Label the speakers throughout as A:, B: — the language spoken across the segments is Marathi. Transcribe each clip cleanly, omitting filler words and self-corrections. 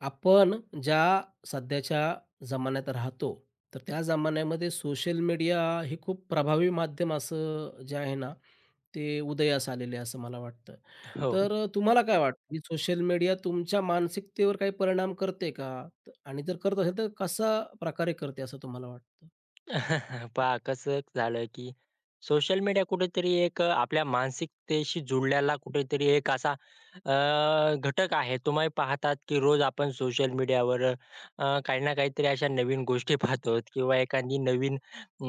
A: आपण ज्या सध्याच्या जमान्यात राहतो, तर त्या जमान्यामध्ये सोशल मीडिया हे खूप प्रभावी माध्यम असं जे आहे ना, ते उदयास आलेले असं मला वाटतं.
B: हो.
A: तुम्हाला काय वाटतं, की सोशल मीडिया तुमच्या मानसिकतेवर काही परिणाम करते का? आणि जर करत असेल तर कशा प्रकारे करते असं तुम्हाला वाटतं?
B: पहा कसं झालं, की सोशल मीडिया कुठेतरी एक आपल्या मानसिकतेशी जुळल्याला कुठेतरी एक असा घटक आहे. तुम्ही पाहतात, की रोज आपण सोशल मीडियावर काही ना काहीतरी अशा नवीन गोष्टी पाहतो किंवा एखादी नवीन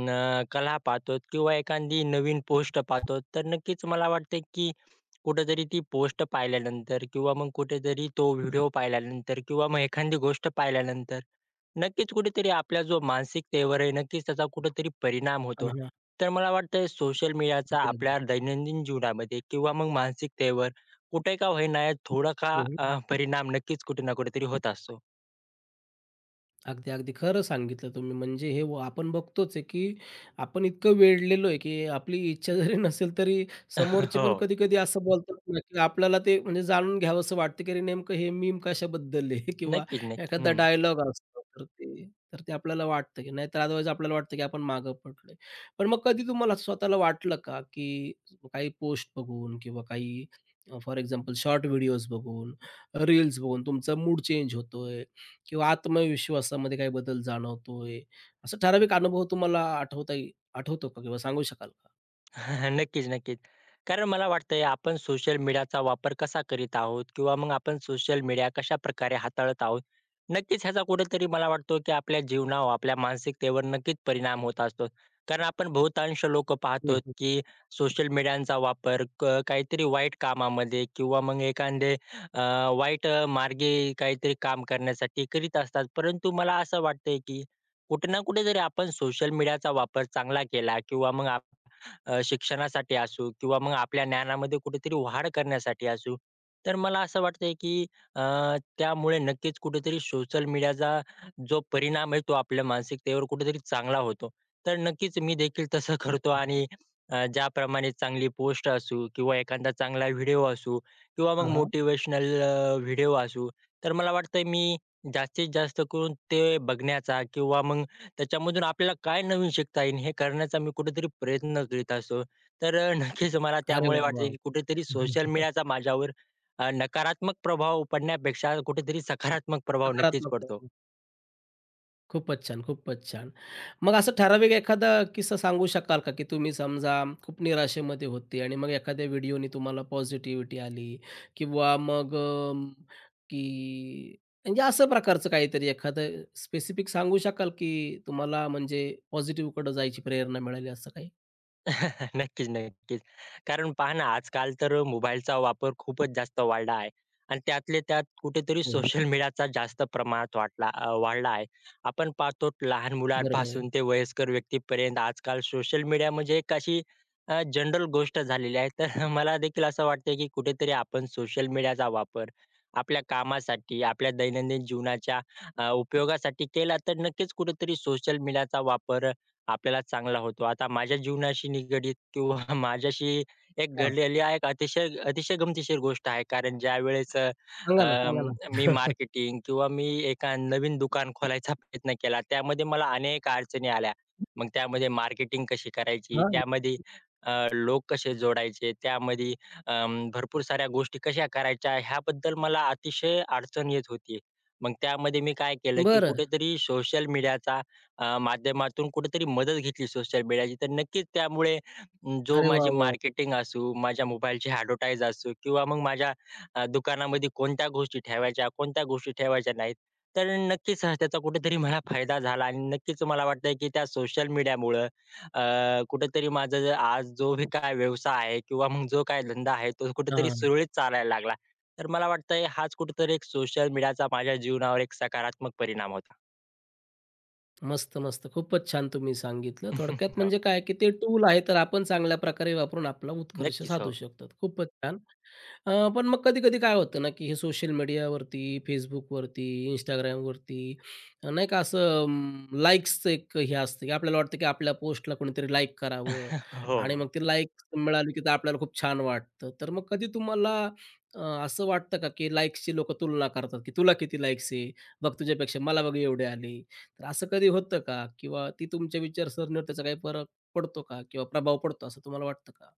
B: कला पाहतो किंवा एखादी नवीन पोस्ट पाहतो. तर नक्कीच मला वाटतं, की कुठेतरी ती पोस्ट पाहिल्यानंतर किंवा मग कुठेतरी तो व्हिडिओ पाहिल्यानंतर किंवा मग एखादी गोष्ट पाहिल्यानंतर नक्कीच कुठेतरी आपल्या जो मानसिकतेवर आहे, नक्कीच त्याचा कुठेतरी परिणाम होतो.
A: हां,
B: तर मला वाटतंय सोशल मीडियाचा आपल्या दैनंदिन जीवनामध्ये किंवा मग मानसिकतेवर कुठे का होईना थोडा का
A: हां.
B: परिणाम नक्कीच कुठे ना कुठेतरी होत असतो.
A: अगदी, अगदी. खरं सांगितलं तुम्ही. म्हणजे आपण बघतोच आहे, की आपण इतकं वेडलेलो आहे, की आपली इच्छा जरी नसेल तरी समोरचे पण
B: हो.
A: कधी-कधी असं बोलतात ना, की आपल्याला ते म्हणजे जाणून घ्यावंसं वाटतं, की अरे नेमकं हे मीम कशाबद्दल आहे किंवा
B: नक्कीच, नक्की.
A: एखादा डायलॉग असतो. तर ते आपल्याला वाटतं, की नाहीतर अदरवाईज आपल्याला वाटतं, की आपण मागं पडलोय. पण मग कधी तुम्हाला स्वतःला वाटलं का, की काही पोस्ट बघून किंवा काही फॉर एक्झाम्पल शॉर्ट व्हिडिओज बघून, रील्स बघून तुमचा मूड चेंज होतोय? किंवा आत्मविश्वासामध्ये काही बदल जाणवतोय? असा ठराविक अनुभव तुम्हाला आठवता येईल आठवतो का किंवा सांगू शकाल का?
B: नक्कीच, नक्कीच. कारण मला वाटतंय आपण सोशल मीडियाचा वापर कसा करीत आहोत किंवा मग आपण सोशल मीडिया कशाप्रकारे हाताळत आहोत. नक्कीच ह्याचा कुठेतरी मला वाटतो, की आपल्या जीवनावर, आपल्या मानसिकतेवर नक्कीच परिणाम होत असतो. कारण आपण बहुतांश लोकं
A: हं,
B: पाहतो,
A: हं.
B: की सोशल मीडियाचा वापर क काहीतरी वाईट कामामध्ये किंवा मग एखादे अ, वाईट मार्गे काहीतरी काम करण्यासाठी करीत असतात. परंतु मला असं वाटतंय, की कुठे ना कुठेतरी आपण सोशल मीडियाचा वापर चांगला केला किंवा मग शिक्षणासाठी असू किंवा मग आपल्या ज्ञानामध्ये कुठेतरी वाढ करण्यासाठी असू. तर मला असं वाटतंय की अ, त्यामुळे नक्कीच कुठेतरी सोशल मीडियाचा जो परिणाम आहे तो आपल्या मानसिकतेवर कुठेतरी चांगला होतो. तर नक्कीच मी देखील तसं करतो आणि ज्याप्रमाणे चांगली पोस्ट असू किंवा एखादा चांगला व्हिडिओ असू किंवा मग
A: हां, हां.
B: मोटिव्हेशनल व्हिडिओ असू. तर मला वाटतंय मी जास्तीत जास्त करून ते बघण्याचा किंवा मग त्याच्यामधून आपल्याला काय नवीन शिकता येईल हे करण्याचा मी कुठेतरी प्रयत्न करीत असतो. तर नक्कीच मला
A: अरे
B: त्यामुळे
A: वाह!
B: वाटते
A: वाह!
B: की कुठेतरी सोशल मीडियाचा माझ्यावर नकारात्मक प्रभाव पडण्यापेक्षा कुठेतरी सकारात्मक प्रभाव नक्कीच
A: सकारात्मक
B: पडतो.
A: पैलू. खूपच छान, खूपच छान. मग असं ठराविक एखादा किस्सा सांगू शकाल का, की तुम्ही समजा खूप निराशेमध्ये होते आणि मग एखाद्या व्हिडिओनी तुम्हाला पॉझिटिव्हिटी आली किंवा की म्हणजे असं प्रकारचं काहीतरी एखादं स्पेसिफिक सांगू शकाल, की तुम्हाला म्हणजे पॉझिटिव्हकडे जायची प्रेरणा मिळाली असं काही?
B: नक्कीच, नक्कीच. कारण पहा ना, आजकाल तर मोबाईलचा वापर खूपच जास्त वाढला आहे आणि त्यातल्या त्यात कुठेतरी
A: हो, हो.
B: सोशल मीडियाचा जास्त प्रमाणात वाढला आहे. आपण पाहतो लहान
A: बरोबर आहे.
B: मुलांपासून ते वयस्कर व्यक्तीपर्यंत आजकाल सोशल मीडिया म्हणजे एक अशी जनरल गोष्ट झालेली आहे. तर मला देखील असं वाटतंय, की कुठेतरी आपण सोशल मीडियाचा वापर आपल्या कामासाठी, आपल्या दैनंदिन जीवनाच्या उपयोगासाठी केला तर नक्कीच कुठेतरी सोशल मीडियाचा वापर आपल्याला चांगला होतो. आता माझ्या जीवनाशी निगडीत किंवा माझ्याशी एक
A: हां,
B: घडलेली आहे एक अतिशय अतिशय गमतीशीर गोष्ट आहे. कारण ज्यावेळेस
A: सांगा ना, सांगा ना.
B: मी मार्केटिंग किंवा मी एका नवीन दुकान खोलायचा प्रयत्न केला. त्यामध्ये मला अनेक अडचणी आल्या. मग त्यामध्ये मार्केटिंग कशी करायची,
A: हां,
B: त्यामध्ये लोक कसे जोडायचे, त्यामध्ये भरपूर साऱ्या गोष्टी कशा करायच्या ह्याबद्दल मला अतिशय अडचण येत होती. मग त्यामध्ये मी काय केलं, की
A: बरं.
B: कुठेतरी सोशल मीडियाचा माध्यमातून कुठेतरी मदत घेतली सोशल मीडियाची, तर नक्कीच त्यामुळे जो
A: अरे
B: माझी
A: वाह, वाह!
B: मार्केटिंग असू, माझ्या मोबाईलची एडव्हर्टाइज असू किंवा मग माझ्या दुकानामध्ये कोणत्या गोष्टी ठेवायच्या, कोणत्या गोष्टी ठेवायच्या नाहीत. तर नक्कीच त्याचा कुठेतरी मला फायदा झाला आणि नक्कीच मला वाटतंय, की त्या सोशल मीडियामुळं अ, कुठेतरी माझा आज जो बी काय व्यवसाय आहे किंवा मग जो काय धंदा आहे, तो कुठेतरी
A: हां.
B: सुरळीत चालायला लागला. तर मला वाटतंय हाच कुठेतरी एक सोशल मीडियाचा माझ्या जीवनावर एक सकारात्मक परिणाम होता.
A: मस्त, मस्त. खूपच छान तुम्ही सांगितलं. थोडक्यात
B: हो,
A: म्हणजे काय, की ते टूल आहे, तर आपण चांगल्या प्रकारे वापरून आपला उत्कर्ष
B: नक्कीच. हो.
A: साधू शकतो. खूपच छान. पण मग कधी-कधी काय होतं ना, की हे सोशल मीडियावरती, Facebookवरती, Instagramवरती नाही का अं, एक हे असतं, की आपल्याला वाटतं, की आपल्या पोस्टला कोणीतरी लाइक करावं
B: हो.
A: आणि मग ते लाइक्स मिळाली, की ते आपल्याला खूप छान वाटतं. तर मग कधी तुम्हाला असं वाटतं का, की लाइक्सची लोकं तुलना करतात, की तुला किती लाइक्स आहे? बघ तुझ्यापेक्षा मला बघ एवढे आले. तर असं कधी होतं का? किंवा ती तुमच्या विचारसरणीवर त्याचा काही फरक पडतो का? किंवा प्रभाव पडतो असं तुम्हाला वाटतं का?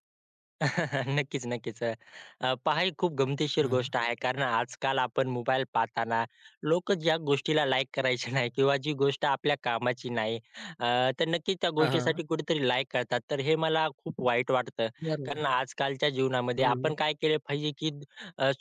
B: नक्कीच, नक्कीच. अ, अ, पहा ही खूप गमतीशीर
A: हां.
B: गोष्ट आहे. कारण आजकाल आपण मोबाईल पाहताना लोकं ज्या गोष्टीला लाइक करायचे नाही किंवा जी गोष्ट आपल्या कामाची नाही अ, तर नक्कीच त्या
A: हां, हां.
B: गोष्टीसाठी कुठेतरी लाइक करतात. तर हे मला खूप वाईट वाटतं.
A: बरं.
B: कारण आजकालच्या जीवनामध्ये
A: हं, हं.
B: आपण काय केले पाहिजे, की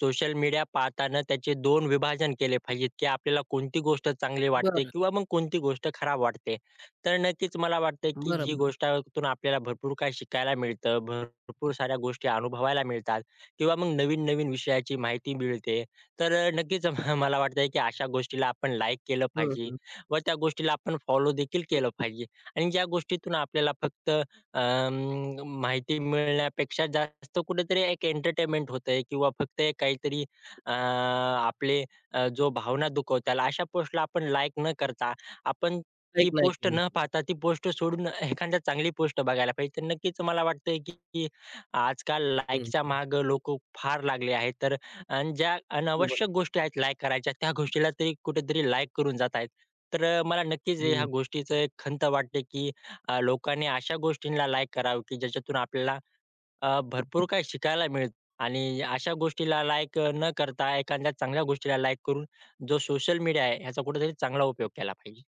B: सोशल मीडिया पाहताना त्याचे 2 विभाजन केले पाहिजेत, की आपल्याला कोणती गोष्ट चांगली वाटते
A: बरं.
B: किंवा मग कोणती गोष्ट खराब वाटते. तर नक्कीच मला वाटतं,
A: बरं,
B: की जी
A: बरं.
B: गोष्टातून आपल्याला भरपूर काही शिकायला मिळतं, भरपूर साऱ्या गोष्टी अनुभवायला मिळतात किंवा मग नवीन-नवीन विषयाची माहिती मिळते. तर नक्कीच मला वाटतंय, की अशा गोष्टीला आपण लाईक केलं
A: हं,
B: पाहिजे
A: हं.
B: व त्या गोष्टीला आपण फॉलो देखील केलं पाहिजे. आणि ज्या गोष्टीतून आपल्याला फक्त माहिती मिळण्यापेक्षा जास्त कुठेतरी एक एंटरटेनमेंट होतंय किंवा फक्त एक काहीतरी आपले जो भावना दुखवताल अशा पोस्टला आपण लाईक न करता आपण ती
A: ऐक नाही
B: पोस्ट
A: केलं.
B: न पाहता ती पोस्ट सोडून एखाद्या चांगली पोस्ट बघायला पाहिजे. तर नक्कीच मला वाटतंय की की आजकाल
A: हं,
B: लाईकच्या
A: हं.
B: मागे लोकं फार लागले आहेत. तर अन् ज्या
A: बरोबर.
B: अनावश्यक गोष्टी आहेत लाईक करायच्या त्या गोष्टीला ते कुठेतरी लाईक करून जात आहेत. तर मला नक्कीच ह्या
A: हं.
B: गोष्टीचं एक खंत वाटते की लोकांनी अशा गोष्टींना लाईक करावं की ज्याच्यातून आपल्याला भरपूर काही शिकायला मिळेल आणि अशा गोष्टीला लाईक न करता एखाद्या चांगल्या गोष्टीला लाईक करून जो सोशल मीडिया आहे ह्याचा कुठेतरी चांगला उपयोग केला पाहिजे.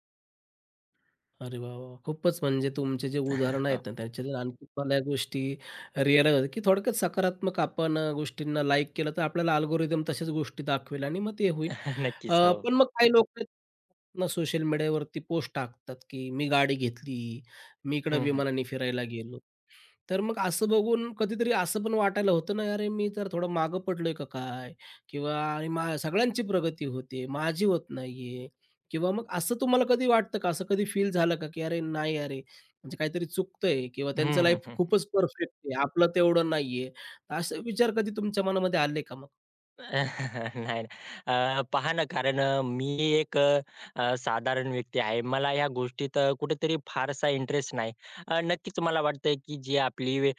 A: अरे वाह, वाह! खूपच म्हणजे तुमचे जे उदाहरणं आहेत ना, त्याच्यातून आणखी मला या गोष्टी रिअलाईज होतात, की थोडक्यात सकारात्मक आपण गोष्टींना लाईक केलं, तर आपल्याला अल्गोरिदम तशाच गोष्टी दाखवेल आणि मग ते होईल. अ,
B: नक्कीच. हो.
A: पण मग काही लोक ना सोशल मीडियावरती पोस्ट टाकतात, की मी गाडी घेतली, मी इकडं
B: हं, हं.
A: विमानाने फिरायला गेलो. तर मग असं बघून कधीतरी असं पण वाटायला होतं ना, "अरे, मी तर थोडं मागं पडलोय का काय?" किंवा "अरे, मा सगळ्यांची प्रगती होते, माझी होत नाहीये." किंवा मग असं तुम्हाला कधी वाटतं का? असं कधी फील झालं का, की "अरे, नाही अरे, म्हणजे काहीतरी चुकतंय किंवा त्यांचं
B: हं,
A: लाईफ
B: हं,
A: खूपच परफेक्ट आहे, आपलं तेवढं नाहीये." तर असे विचार कधी तुमच्या मनामध्ये आले का मग?
B: नाही ना. पहा ना, कारण मी एक अ, अ, साधारण व्यक्ती आहे. मला ह्या गोष्टीत कुठेतरी फारसा इंटरेस्ट नाही. नक्कीच मला वाटतंय, की जी आपली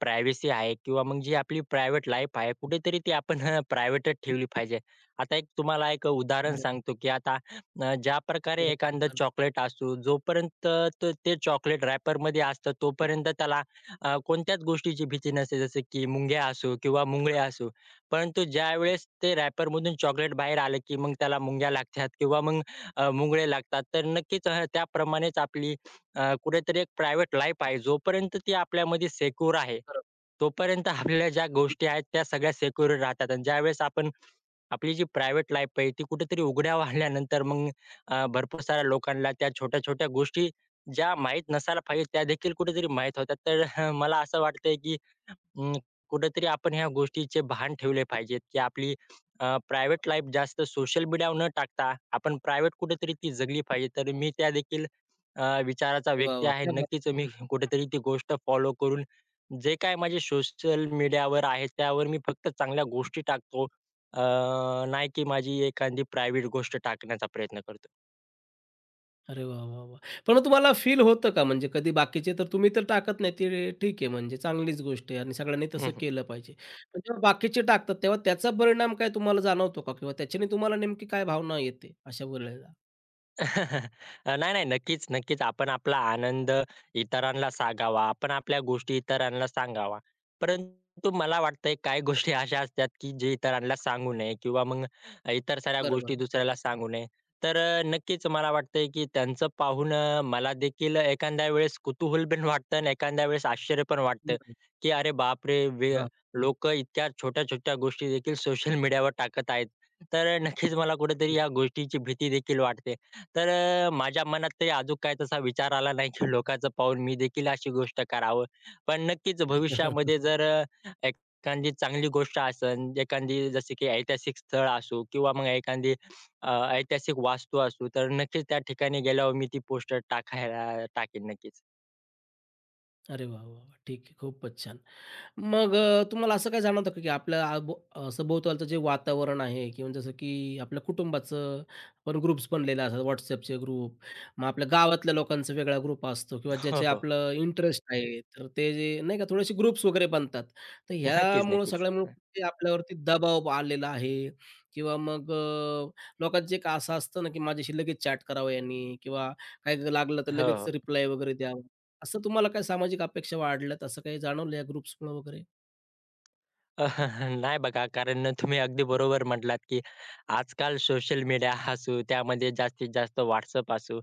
B: प्रायव्हसी आहे किंवा मग जी आपली प्रायव्हेट लाईफ आहे, कुठेतरी ती आपण प्रायव्हेटच ठेवली पाहिजे. आता एक तुम्हाला एक उदाहरण
A: अरे,
B: सांगतो, की आता ज्या प्रकारे
A: वा,
B: एखादं
A: खरंच.
B: चॉकलेट असू, जोपर्यंत ते चॉकलेट रॅपरमध्ये असतं, तोपर्यंत त्याला कोणत्याच गोष्टीची भीती नसते. जसं की मुंग्या असो किंवा मुंगळे असो. परंतु ज्यावेळेस ते रॅपरमधून चॉकलेट बाहेर आलं, की मग त्याला मुंग्या लागतात किंवा मग मुंगळे लागतात. तर नक्कीच त्याप्रमाणेच आपली कुठेतरी एक प्रायव्हेट लाईफ आहे. जोपर्यंत ती आपल्यामध्ये सेक्युर आहे,
A: खरंच,
B: तोपर्यंत आपल्या ज्या गोष्टी आहेत त्या सगळ्या सेक्युर राहतात आणि ज्यावेळेस आपण आपली जी प्रायव्हेट लाईफ आहे ती कुठेतरी उघड्यावर आणल्यानंतर मग भरपूर साऱ्या लोकांना त्या छोट्या-छोट्या गोष्टी ज्या माहीत नसायला पाहिजे, त्यादेखील कुठेतरी माहीत होतात. तर मला असं वाटतंय की अं, कुठेतरी आपण ह्या गोष्टीचे भान ठेवले पाहिजेत, की आपली प्रायव्हेट लाईफ जास्त सोशल मीडियावर न टाकता आपण प्रायव्हेट कुठेतरी ती जगली पाहिजे. तर मी त्या देखील विचाराचा
A: अरे वाह,
B: व्यक्ती
A: वाह!
B: आहे.
A: क्या
B: नक्कीच मी कुठेतरी ती गोष्ट फॉलो करून जे काय माझे सोशल मीडियावर आहे, त्यावर मी फक्त चांगल्या गोष्टी टाकतो. अ, नाही की माझी एखादी प्रायव्हेट गोष्ट टाकण्याचा प्रयत्न करतो.
A: अरे वाह, वाह, वाह! पण मग तुम्हाला फील होतं का? म्हणजे कधी बाकीचे तर तुम्ही तर टाकत नाही ते ठीक आहे म्हणजे चांगलीच गोष्ट आहे आणि सगळ्यांनी तसं
B: हं.
A: केलं पाहिजे. पण जेव्हा बाकीचे टाकतात तेव्हा त्याचा परिणाम काय तुम्हाला जाणवतो का? किंवा त्याच्याने तुम्हाला नेमकी काय भावना येते अशा वेळेला?
B: नाही, नाही. नक्कीच, नक्कीच. आपण आपला आनंद इतरांना सांगावा. आपण आपल्या गोष्टी इतरांना सांगावा. परंतु मला वाटतंय काही गोष्टी अशा असतात, की जे इतरांना सांगू नये किंवा मग इतर साऱ्या गोष्टी
A: बरोबर.
B: दुसऱ्याला सांगू नये. तर नक्कीच मला वाटतंय, की त्यांचं पाहून मला देखील एखाद्या वेळेस कुतूहल पण वाटतं आणि एखाद्या वेळेस आश्चर्य पण वाटतं,
A: हं,
B: की "अरे बापरे!
A: हां.
B: लोकं इतक्या छोट्या-छोट्या गोष्टी देखील सोशल मीडियावर टाकत आहेत." तर नक्कीच मला कुठेतरी या गोष्टीची भीती देखील वाटते. तर माझ्या मनात तरी अजून काही तसा विचार आला नाही, की लोकांचं पाहून मी देखील अशी गोष्ट करावं. पण नक्कीच भविष्यामध्ये जर एखादी चांगली गोष्ट असेल, एखादी जसे की ऐतिहासिक स्थळ असू किंवा मग एखादी ऐतिहासिक वास्तू असू, तर नक्कीच त्या ठिकाणी गेल्यावर मी ती पोस्टर टाकायला टाकेन नक्कीच.
A: अरे वाह, वाह, वाह! ठीक आहे. खूपच छान. तुम्हाला असं काय जाणवतं का, की आपल्या सभोवतालचं जे वातावरण आहे किंवा जसं की आपल्या कुटुंबाचं पण ग्रुप्स बनलेले असतात WhatsAppचे ग्रुप, मग आपल्या गावातल्या लोकांचा वेगळा ग्रुप असतो किंवा
B: हो,
A: ज्याचे
B: हो.
A: आपलं इंटरेस्ट आहे, तर ते जे नाही का थोडेसे ग्रुप्स वगैरे बनतात. तर
B: नक्कीच,
A: ह्यामुळं
B: नक्कीच.
A: सगळ्यामुळं ते आपल्यावरती दबाव आलेला आहे किंवा लोकांचं एक असं असतं ना, की माझ्याशी लगेच चॅट करावं यांनी किंवा काही लागलं तर
B: हो,
A: लगेच
B: हो.
A: रिप्लाय वगैरे द्यावा. असं तुम्हाला काय सामाजिक अपेक्षा वाढल्यात असं काही जाणवलं या ग्रुप्समुळे वगैरे?
B: नाही बघा, कारण तुम्ही अगदी बरोबर म्हटलात, की आजकाल सोशल मीडिया असू, त्यामध्ये जास्तीत जास्त WhatsApp असू,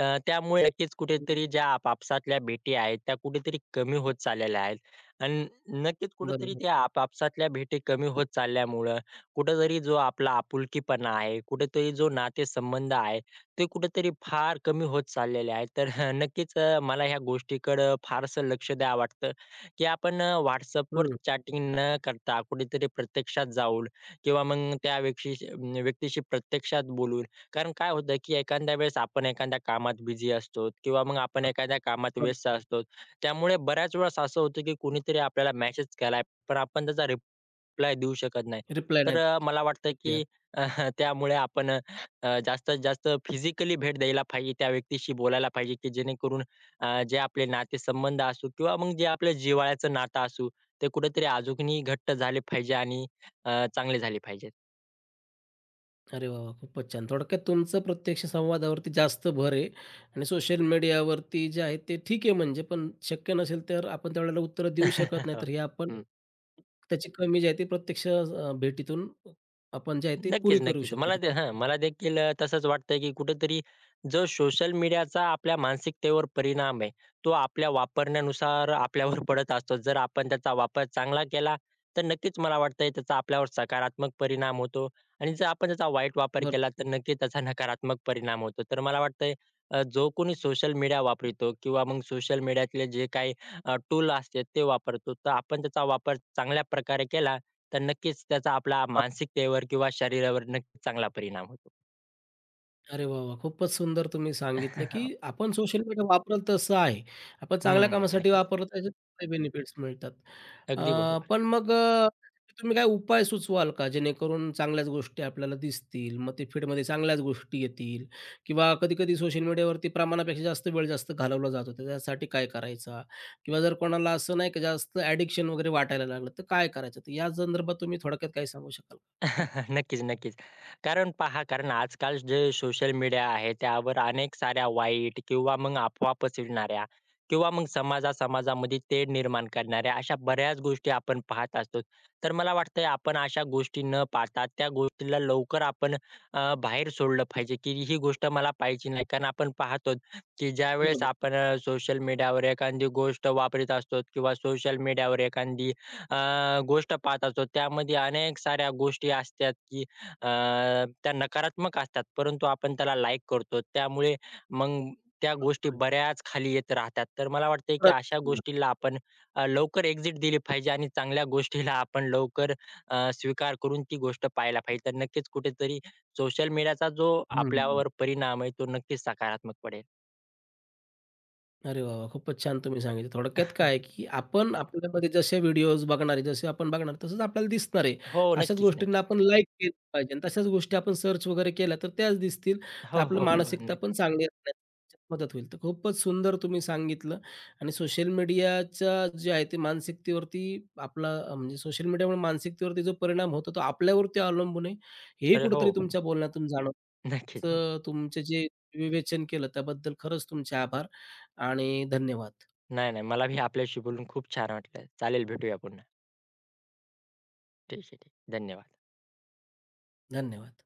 B: त्यामुळे नक्कीच
A: हं.
B: कुठेतरी ज्या आपापसातल्या भेटी आहेत, त्या कुठेतरी कमी होत चाललेल्या आहेत. आणि नक्कीच कुठेतरी
A: बरोबर.
B: त्या आपापसातल्या भेटी कमी होत चालल्यामुळं कुठेतरी जो आपला आपुलकीपणा आहे, कुठेतरी जो नातेसंबंध आहे, ते कुठेतरी फार कमी होत चाललेले आहेत. तर नक्कीच मला ह्या गोष्टीकडं फारसं लक्ष द्यावं वाटतं. की आपण WhatsAppवर
A: हं.
B: चॅटिंग न करता कुठेतरी प्रत्यक्षात जाऊन किंवा मग त्या व्यक्तीशी प्रत्यक्षात बोलून. कारण काय होतं, की एखाद्या वेळेस आपण एखाद्या कामात बिझी असतो किंवा मग आपण
A: हां,
B: एखाद्या कामात
A: बरं.
B: व्यस्त असतो. त्यामुळे बऱ्याच वेळेस असं होतं, की कोणीतरी आपल्याला मेसेज केलाय, पण आपण त्याचा रिप्लाय देऊ शकत नाही.
A: रिप्लाय
B: तर
A: नाही
B: मला वाटतं,
A: द्या.
B: की अ, त्यामुळे आपण जास्तीत जास्त फिजिकली भेट द्यायला पाहिजे, त्या व्यक्तीशी बोलायला पाहिजे, की जेणेकरून जे आपले नातेसंबंध असू किंवा मग जे आपलं जिव्हाळ्याचं नातं असू, ते कुठेतरी अजूनही घट्ट झाले पाहिजे आणि चांगले झाले पाहिजेत.
A: अरे वाह! वाह! खूपच छान. थोडक्यात तुमचं प्रत्यक्ष संवादावरती जास्त भर आहे आणि सोशल मीडियावरती जे आहे ते ठीक आहे म्हणजे, पण शक्य नसेल तर आपण त्यावेळेला उत्तरं देऊ शकत नाही. तर हे आपण
B: हो.
A: त्याची कमी जी आहे ती प्रत्यक्ष भेटीतून आपण जे आहे ते पुरी
B: नक्कीच,
A: करू
B: नक्कीच.
A: शकतो.
B: मला
A: तर
B: ते
A: खूप
B: हां, मला देखील तसंच वाटतंय, की कुठेतरी जो सोशल मीडियाचा आपल्या मानसिकतेवर परिणाम आहे, तो आपल्या वापरण्यानुसार आपल्यावर पडत असतो. जर आपण त्याचा वापर चांगला केला, तर नक्कीच मला वाटतंय त्याचा आपल्यावर सकारात्मक परिणाम होतो आणि जर आपण त्याचा वाईट वापर
A: बरं.
B: केला, तर नक्कीच त्याचा नकारात्मक परिणाम होतो. तर मला वाटतंय जो कोणी सोशल मीडिया वापरतो किंवा मग सोशल मीडियातले जे काही टूल असते ते वापरतो, तर आपण त्याचा वापर चांगल्या प्रकारे केला, तर नक्कीच त्याचा आपल्या मानसिकतेवर किंवा शरीरावर नक्कीच चांगला परिणाम होतो.
A: अरे वाह, वाह! खूपच सुंदर तुम्ही सांगितलं, की आपण सोशल मीडिया वापरल तसं आहे. आपण
B: हं,
A: चांगल्या
B: हं.
A: कामासाठी
B: नक्कीच.
A: वापरलं तर त्याचे काही बेनिफिट्स मिळतात.
B: अगदी
A: अ,
B: बरोबर.
A: पण मग अ, तुम्ही काय उपाय सुचवाल का? जेणेकरून चांगल्याच गोष्टी आपल्याला दिसतील, मग ते फीडमध्ये चांगल्याच गोष्टी येतील किंवा कधी-कधी सोशल मीडियावरती प्रमाणापेक्षा जास्त वेळ जास्त घालवला जातो, तर त्यासाठी काय करायचा? किंवा जर कोणाला असं नाही का जास्त ॲडिक्शन वगैरे वाटायला लागलं, तर काय करायचं? तर या संदर्भात तुम्ही थोडक्यात काही सांगू शकाल? का?
B: नक्कीच, नक्कीच. कारण पहा, कारण आजकाल जे सोशल मीडिया आहे, त्यावर अनेक साऱ्या वाईट किंवा मग अफवा पसरविणाऱ्या किंवा मग समाजा-समाजामध्ये तेढ निर्माण करणाऱ्या अशा बऱ्याच गोष्टी आपण पाहत असतो. तर मला वाटतंय आपण अशा गोष्टी न पाहता त्या गोष्टीला लवकर आपण बाहेर सोडलं पाहिजे, की ही गोष्ट मला पाहिजे नाही. कारण आपण पाहतो, की ज्यावेळेस
A: बरोबर,
B: आपण सोशल मीडियावर एखादी गोष्ट वापरत असतो किंवा सोशल मीडियावर एखादी अ, गोष्ट पाहत असतो. त्यामध्ये अनेक साऱ्या गोष्टी असतात, की अ, त्या नकारात्मक असतात, परंतु आपण त्याला लाईक करतो. त्यामुळे मग त्या गोष्टी
A: बरोबर आहे.
B: बऱ्याच खाली येत राहतात. तर मला वाटतंय, की अशा गोष्टीला आपण लवकर एक्झिट दिली पाहिजे आणि चांगल्या गोष्टीला आपण लवकर स्वीकार करून ती गोष्ट पाहायला पाहिजे. तर नक्कीच कुठेतरी सोशल मीडियाचा जो आपल्यावर परिणाम आहे, तो नक्कीच सकारात्मक पडेल.
A: अरे वाह, वाह! खूपच छान तुम्ही सांगितलं. थोडक्यात काय आहे, की आपण आपल्यामध्ये जसे व्हिडिओज बघणार आहे, जसे आपण बघणार तसंच आपल्याला दिसणार आहे.
B: हो,
A: अशाच
B: नक्कीच,
A: गोष्टींना
B: नक्कीच.
A: आपण लाईक केलं पाहिजे आणि तशाच गोष्टी आपण सर्च वगैरे केल्या तर त्याच दिसतील.
B: हो,
A: तर आपलं
B: हो, हो.
A: मानसिकता
B: नक्की.
A: पण चांगली राहण्यास मदत होईल. तर खूपच सुंदर तुम्ही सांगितलं आणि सोशल मीडियाच्या जे आहे ते मानसिकतेवरती आपला म्हणजे सोशल मीडियामुळे मानसिकतेवरती जो परिणाम होतो तो आपल्यावरती अवलंबून आहे. हेही
B: अरे हो.
A: कुठेतरी तुमच्या बोलण्यातून जाणवतं.
B: नक्कीच, नक्कीच.
A: तर तुमचे जे विवेचन केलं त्याबद्दल खरंच तुमचे आभार. आणि धन्यवाद.
B: नाही, नाही. मला भी आपल्याशी बोलून खूप छान वाटलं. चालेल भेटूया पुन्हा. ठीक आहे, ठीक. धन्यवाद.
A: धन्यवाद.